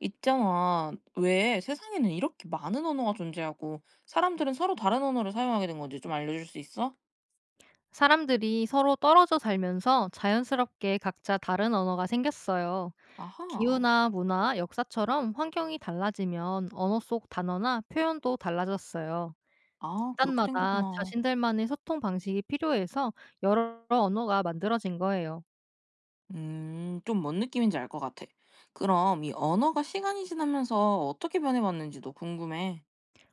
있잖아. 왜 세상에는 이렇게 많은 언어가 존재하고 사람들은 서로 다른 언어를 사용하게 된 건지 좀 알려줄 수 있어? 사람들이 서로 떨어져 살면서 자연스럽게 각자 다른 언어가 생겼어요. 아하. 기후나 문화, 역사처럼 환경이 달라지면 언어 속 단어나 표현도 달라졌어요. 아, 그렇게 된 집단마다 거구나. 자신들만의 소통 방식이 필요해서 여러 언어가 만들어진 거예요. 좀 뭔 느낌인지 알 것 같아. 그럼 이 언어가 시간이 지나면서 어떻게 변해봤는지도 궁금해.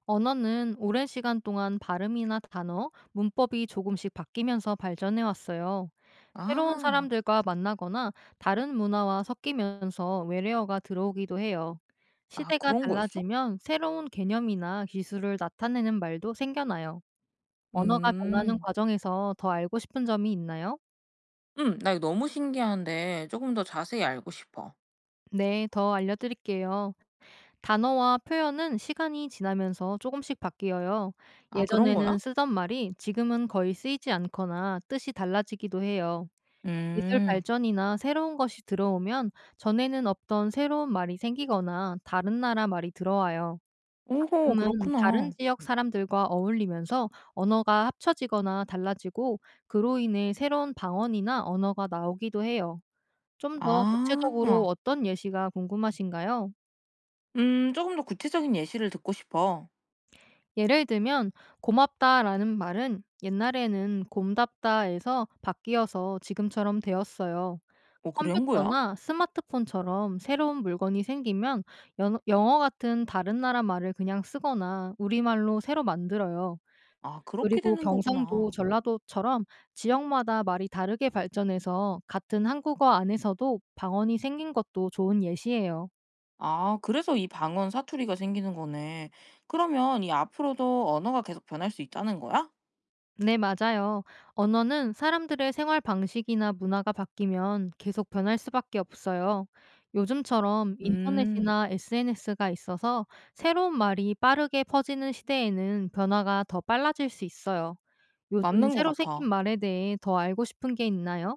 언어는 오랜 시간 동안 발음이나 단어, 문법이 조금씩 바뀌면서 발전해 왔어요. 새로운 아, 사람들과 만나거나 다른 문화와 섞이면서 외래어가 들어오기도 해요. 아, 시대가 그런 거였어? 달라지면 새로운 개념이나 기술을 나타내는 말도 생겨나요. 언어가 변하는 음, 과정에서 더 알고 싶은 점이 있나요? 음, 나 이거 너무 신기한데 조금 더 자세히 알고 싶어. 네, 더 알려드릴게요. 단어와 표현은 시간이 지나면서 조금씩 바뀌어요. 아, 그런 예전에는 거야? 쓰던 말이 지금은 거의 쓰이지 않거나 뜻이 달라지기도 해요. 기술 음, 발전이나 새로운 것이 들어오면 전에는 없던 새로운 말이 생기거나 다른 나라 말이 들어와요. 오호, 지금은 다른 그렇구나. 지역 사람들과 어울리면서 언어가 합쳐지거나 달라지고 그로 인해 새로운 방언이나 언어가 나오기도 해요. 좀 더 아. 구체적으로 어떤 예시가 궁금하신가요? 조금 더 구체적인 예시를 듣고 싶어. 예를 들면 고맙다라는 말은 옛날에는 곰답다에서 바뀌어서 지금처럼 되었어요. 어, 그런 거야? 컴퓨터나 스마트폰처럼 새로운 물건이 생기면 영어 같은 다른 나라 말을 그냥 쓰거나 우리말로 새로 만들어요. 아, 그렇게 그리고 되는 경상도, 거구나. 전라도처럼 지역마다 말이 다르게 발전해서 같은 한국어 안에서도 방언이 생긴 것도 좋은 예시예요. 아, 그래서 이 방언 사투리가 생기는 거네. 그러면 이 앞으로도 언어가 계속 변할 수 있다는 거야? 네, 맞아요. 언어는 사람들의 생활 방식이나 문화가 바뀌면 계속 변할 수밖에 없어요. 요즘처럼 음, 인터넷이나 SNS가 있어서 새로운 말이 빠르게 퍼지는 시대에는 변화가 더 빨라질 수 있어요. 요즘 맞는 것 새로 생긴 같아. 말에 대해 더 알고 싶은 게 있나요?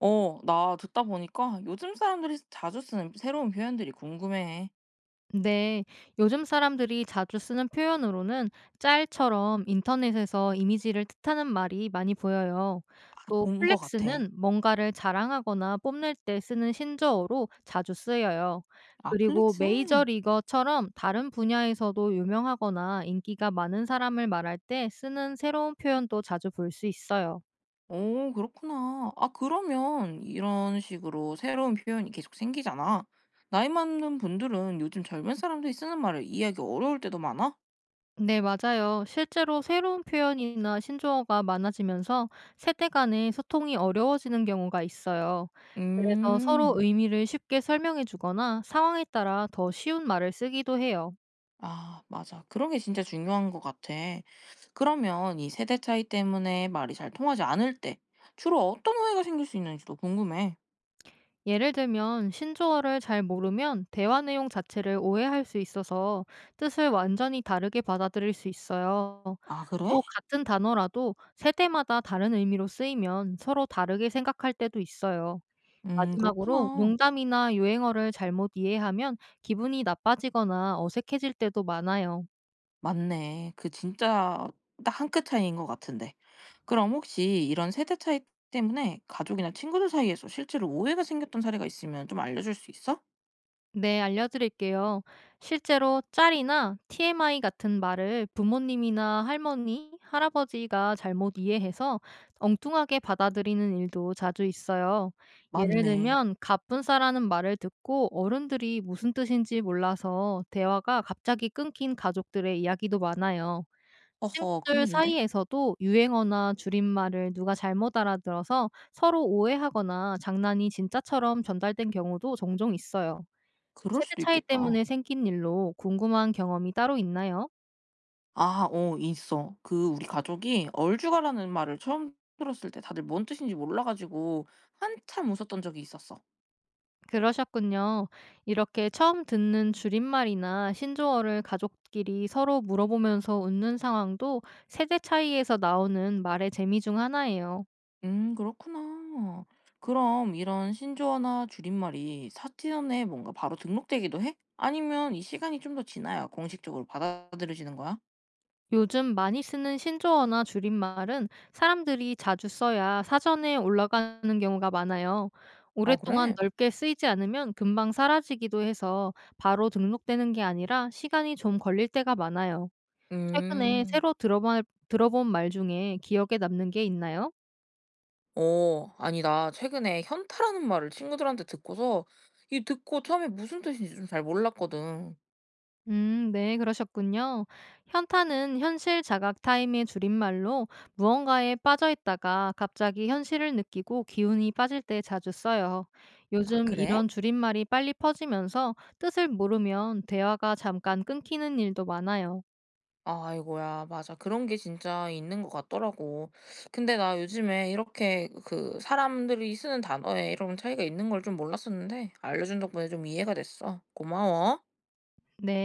어, 나 듣다 보니까 요즘 사람들이 자주 쓰는 새로운 표현들이 궁금해. 네, 요즘 사람들이 자주 쓰는 표현으로는 짤처럼 인터넷에서 이미지를 뜻하는 말이 많이 보여요. 아, 또 본 것 같아. 플렉스는 뭔가를 자랑하거나 뽐낼 때 쓰는 신조어로 자주 쓰여요. 아, 그리고 플렉스? 메이저리거처럼 다른 분야에서도 유명하거나 인기가 많은 사람을 말할 때 쓰는 새로운 표현도 자주 볼 수 있어요. 오 그렇구나. 아 그러면 이런 식으로 새로운 표현이 계속 생기잖아. 나이 많은 분들은 요즘 젊은 사람들이 쓰는 말을 이해하기 어려울 때도 많아? 네, 맞아요. 실제로 새로운 표현이나 신조어가 많아지면서 세대 간의 소통이 어려워지는 경우가 있어요. 그래서 서로 음. 의미를 쉽게 설명해 주거나 상황에 따라 더 쉬운 말을 쓰기도 해요. 아 맞아. 그런 게 진짜 중요한 것 같아. 그러면 이 세대 차이 때문에 말이 잘 통하지 않을 때 주로 어떤 오해가 생길 수 있는지도 궁금해. 예를 들면, 신조어를 잘 모르면 대화 내용 자체를 오해할 수 있어서 뜻을 완전히 다르게 받아들일 수 있어요. 아 그래? 또 같은 단어라도 세대마다 다른 의미로 쓰이면 서로 다르게 생각할 때도 있어요. 마지막으로 그렇구나. 농담이나 유행어를 잘못 이해하면 기분이 나빠지거나 어색해질 때도 많아요. 맞네. 그 진짜 딱 한 끗 차이인 것 같은데. 그럼 혹시 이런 세대 차이 때문에 가족이나 친구들 사이에서 실제로 오해가 생겼던 사례가 있으면 좀 알려줄 수 있어? 네, 알려드릴게요. 실제로 짤이나 TMI 같은 말을 부모님이나 할머니, 할아버지가 잘못 이해해서 엉뚱하게 받아들이는 일도 자주 있어요. 예를 맞네. 들면, 갑분싸라는 말을 듣고 어른들이 무슨 뜻인지 몰라서 대화가 갑자기 끊긴 가족들의 이야기도 많아요. 허허 친구들 큰일인데? 사이에서도 유행어나 줄임말을 누가 잘못 알아들어서 서로 오해하거나 장난이 진짜처럼 전달된 경우도 종종 있어요. 그럴 세대 수도 차이 있겠다. 때문에 생긴 일로 궁금한 경험이 따로 있나요? 아 어 있어. 그 우리 가족이 얼죽아라는 말을 처음 들었을 때 다들 뭔 뜻인지 몰라 가지고 한참 웃었던 적이 있었어. 그러셨군요. 이렇게 처음 듣는 줄임말이나 신조어를 가족끼리 서로 물어보면서 웃는 상황도 세대 차이에서 나오는 말의 재미 중 하나예요. 그렇구나. 그럼 이런 신조어나 줄임말이 사전에 뭔가 바로 등록되기도 해? 아니면 이 시간이 좀 더 지나야 공식적으로 받아들여지는 거야? 요즘 많이 쓰는 신조어나 줄임말은 사람들이 자주 써야 사전에 올라가는 경우가 많아요. 아, 오랫동안 그래? 넓게 쓰이지 않으면 금방 사라지기도 해서 바로 등록되는 게 아니라 시간이 좀 걸릴 때가 많아요. 최근에 음. 새로 들어본 말 중에 기억에 남는 게 있나요? 어, 아니, 나 최근에 현타라는 말을 친구들한테 듣고서 이 듣고 처음에 무슨 뜻인지 좀 잘 몰랐거든. 네, 그러셨군요. 현타는 현실 자각 타임의 줄임말로 무언가에 빠져 있다가 갑자기 현실을 느끼고 기운이 빠질 때 자주 써요. 아, 요즘 그래? 이런 줄임말이 빨리 퍼지면서 뜻을 모르면 대화가 잠깐 끊기는 일도 많아요. 아, 아이고야. 맞아. 그런 게 진짜 있는 것 같더라고. 근데 나 요즘에 이렇게 그 사람들이 쓰는 단어에 이런 차이가 있는 걸 좀 몰랐었는데 알려준 덕분에 좀 이해가 됐어. 고마워. 네.